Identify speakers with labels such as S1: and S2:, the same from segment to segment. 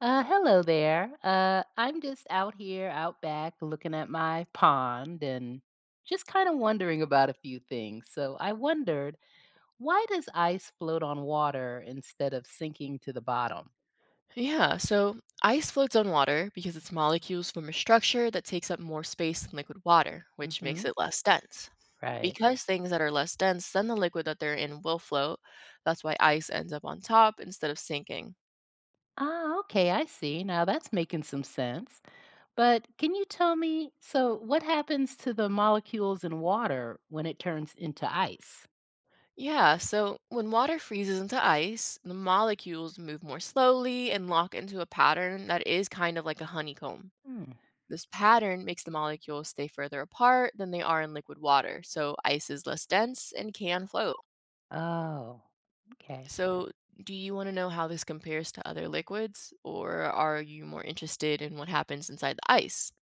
S1: Hello there. I'm just out here, out back, looking at my pond and just kind of wondering about a few things. So I wondered, why does ice float on water instead of sinking to the bottom?
S2: Yeah, so ice floats on water because its molecules form a structure that takes up more space than liquid water, which makes
S1: Hmm.
S2: it less dense.
S1: Right.
S2: Because things that are less dense than the liquid that they're in will float, that's why ice ends up on top instead of sinking.
S1: Ah, okay, I see. Now that's making some sense. But can you tell me, so what happens to the molecules in water when it turns into ice?
S2: Yeah, so when water freezes into ice, the molecules move more slowly and lock into a pattern that is kind of like a honeycomb.
S1: Hmm.
S2: This pattern makes the molecules stay further apart than they are in liquid water, so ice is less dense and can float.
S1: Oh, okay.
S2: So, do you want to know how this compares to other liquids, or are you more interested in what happens inside the ice?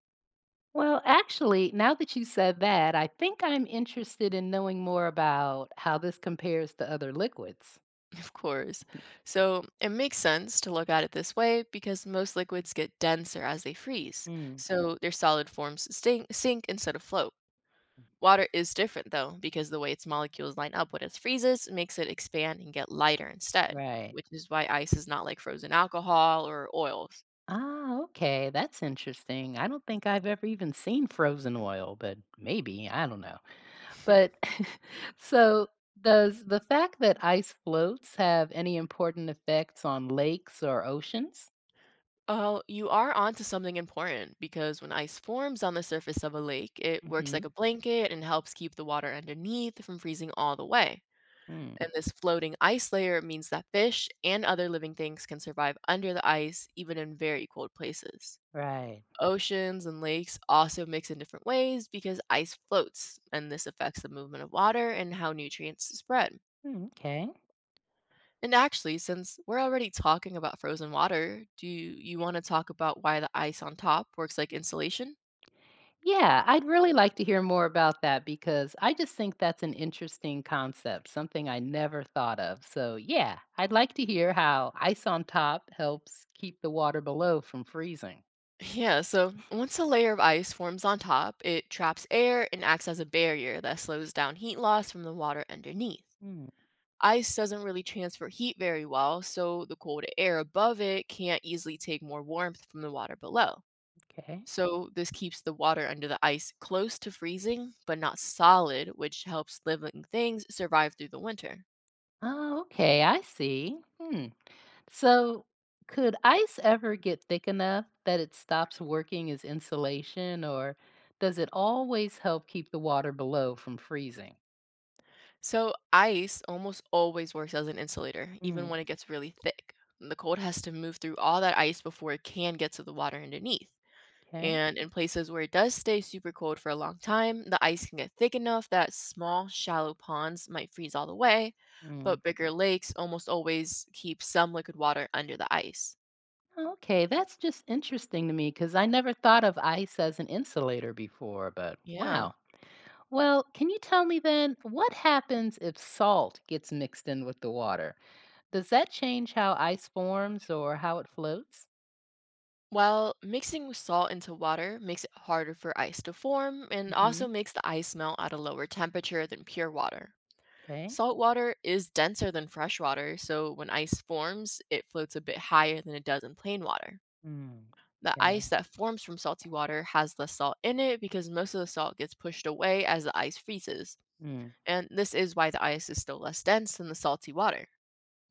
S1: Well, actually, now that you said that, I think I'm interested in knowing more about how this compares to other liquids.
S2: Of course. So, it makes sense to look at it this way because most liquids get denser as they freeze,
S1: Mm,
S2: so their solid forms sink instead of float. Water is different though, because the way its molecules line up when it freezes makes it expand and get lighter instead,
S1: right.
S2: which is why ice is not like frozen alcohol or oils.
S1: Ah, okay. That's interesting. I don't think I've ever even seen frozen oil, but maybe, I don't know. But so does the fact that ice floats have any important effects on lakes or oceans?
S2: Oh, you are onto something important because when ice forms on the surface of a lake, it works
S1: Mm-hmm.
S2: like a blanket and helps keep the water underneath from freezing all the way.
S1: Mm.
S2: And this floating ice layer means that fish and other living things can survive under the ice, even in very cold places.
S1: Right.
S2: Oceans and lakes also mix in different ways because ice floats, and this affects the movement of water and how nutrients spread.
S1: Hmm, okay.
S2: And actually, since we're already talking about frozen water, do you want to talk about why the ice on top works like insulation?
S1: Yeah, I'd really like to hear more about that because I just think that's an interesting concept, something I never thought of. So, yeah, I'd like to hear how ice on top helps keep the water below from freezing.
S2: Yeah, so once a layer of ice forms on top, it traps air and acts as a barrier that slows down heat loss from the water underneath.
S1: Hmm,
S2: Ice doesn't really transfer heat very well, so the cold air above it can't easily take more warmth from the water below.
S1: okay.
S2: So this keeps the water under the ice close to freezing, but not solid, which helps living things survive through the winter.
S1: Oh, okay, I see. Hmm. So, could ice ever get thick enough that it stops working as insulation, or does it always help keep the water below from freezing?
S2: So ice almost always works as an insulator,
S1: Hmm,
S2: even when it gets really thick. The cold has to move through all that ice before it can get to the water underneath.
S1: okay.
S2: And in places where it does stay super cold for a long time, the ice can get thick enough that small, shallow ponds might freeze all the way, but bigger lakes almost always keep some liquid water under the ice.
S1: Okay, that's just interesting to me because I never thought of ice as an insulator before, but
S2: Yeah.
S1: wow. Well, can you tell me then what happens if salt gets mixed in with the water? Does that change how ice forms or how it floats?
S2: Well, mixing salt into water makes it harder for ice to form and also
S1: Hmm.
S2: makes the ice melt at a lower temperature than pure water.
S1: Okay.
S2: Salt water is denser than fresh water, so when ice forms, it floats a bit higher than it does in plain water.
S1: Mm.
S2: The
S1: Okay.
S2: ice that forms from salty water has less salt in it because most of the salt gets pushed away as the ice freezes.
S1: Mm.
S2: And this is why the ice is still less dense than the salty water.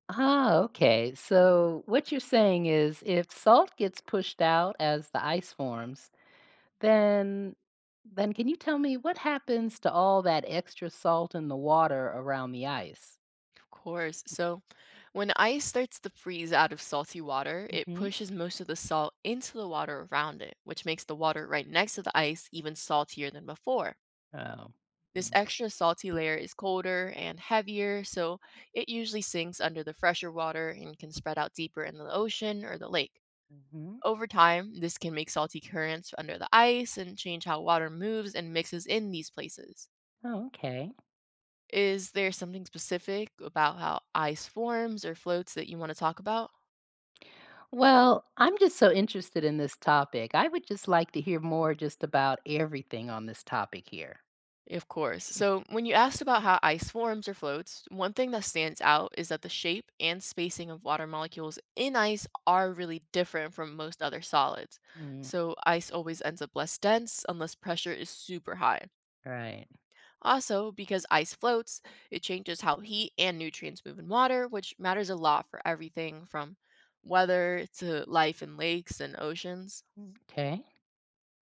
S1: Ah, okay. So what you're saying is if salt gets pushed out as the ice forms, Then then can you tell me what happens to all that extra salt in the water around the ice?
S2: Of course. So, when ice starts to freeze out of salty water, it
S1: Hmm.
S2: pushes most of the salt into the water around it, which makes the water right next to the ice even saltier than before.
S1: Oh.
S2: This
S1: Mm.
S2: extra salty layer is colder and heavier, so it usually sinks under the fresher water and can spread out deeper in the ocean or the lake.
S1: Hmm.
S2: Over time, this can make salty currents under the ice and change how water moves and mixes in these places.
S1: Oh, okay.
S2: Is there something specific about how ice forms or floats that you want to talk about?
S1: Well, I'm just so interested in this topic. I would just like to hear more just about everything on this topic here.
S2: Of course. So, when you asked about how ice forms or floats, one thing that stands out is that the shape and spacing of water molecules in ice are really different from most other solids.
S1: Mm.
S2: So, ice always ends up less dense unless pressure is super high.
S1: Right.
S2: Also, because ice floats, it changes how heat and nutrients move in water, which matters a lot for everything from weather to life in lakes and oceans.
S1: Mm. Okay.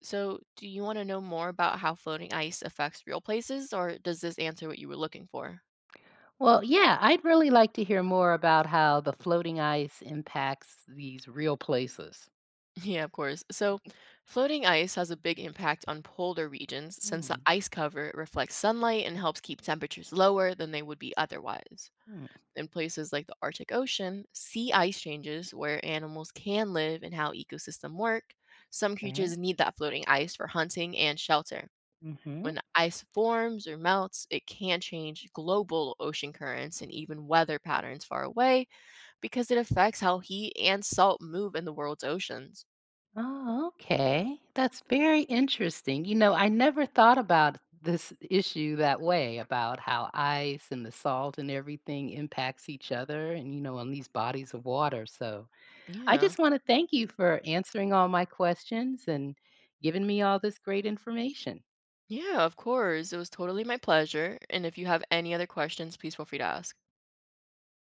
S2: So, do you want to know more about how floating ice affects real places, or does this answer what you were looking for?
S1: Well, yeah, I'd really like to hear more about how the floating ice impacts these real places.
S2: Yeah, of course. So, floating ice has a big impact on polar regions since the
S1: Mm,
S2: ice cover reflects sunlight and helps keep temperatures lower than they would be otherwise.
S1: mm,
S2: In places like the Arctic Ocean, sea ice changes where animals can live and how ecosystems work. Some
S1: okay.
S2: creatures need that floating ice for hunting and shelter.
S1: Mhm.
S2: When ice forms or melts, it can change global ocean currents and even weather patterns far away because it affects how heat and salt move in the world's oceans.
S1: Oh, okay. That's very interesting. You know, I never thought about this issue that way about how ice and the salt and everything impacts each other and, you know, on these bodies of water. So I
S2: Yeah.
S1: just want to thank you for answering all my questions and giving me all this great information.
S2: Yeah, of course. It was totally my pleasure. And if you have any other questions, please feel free to ask.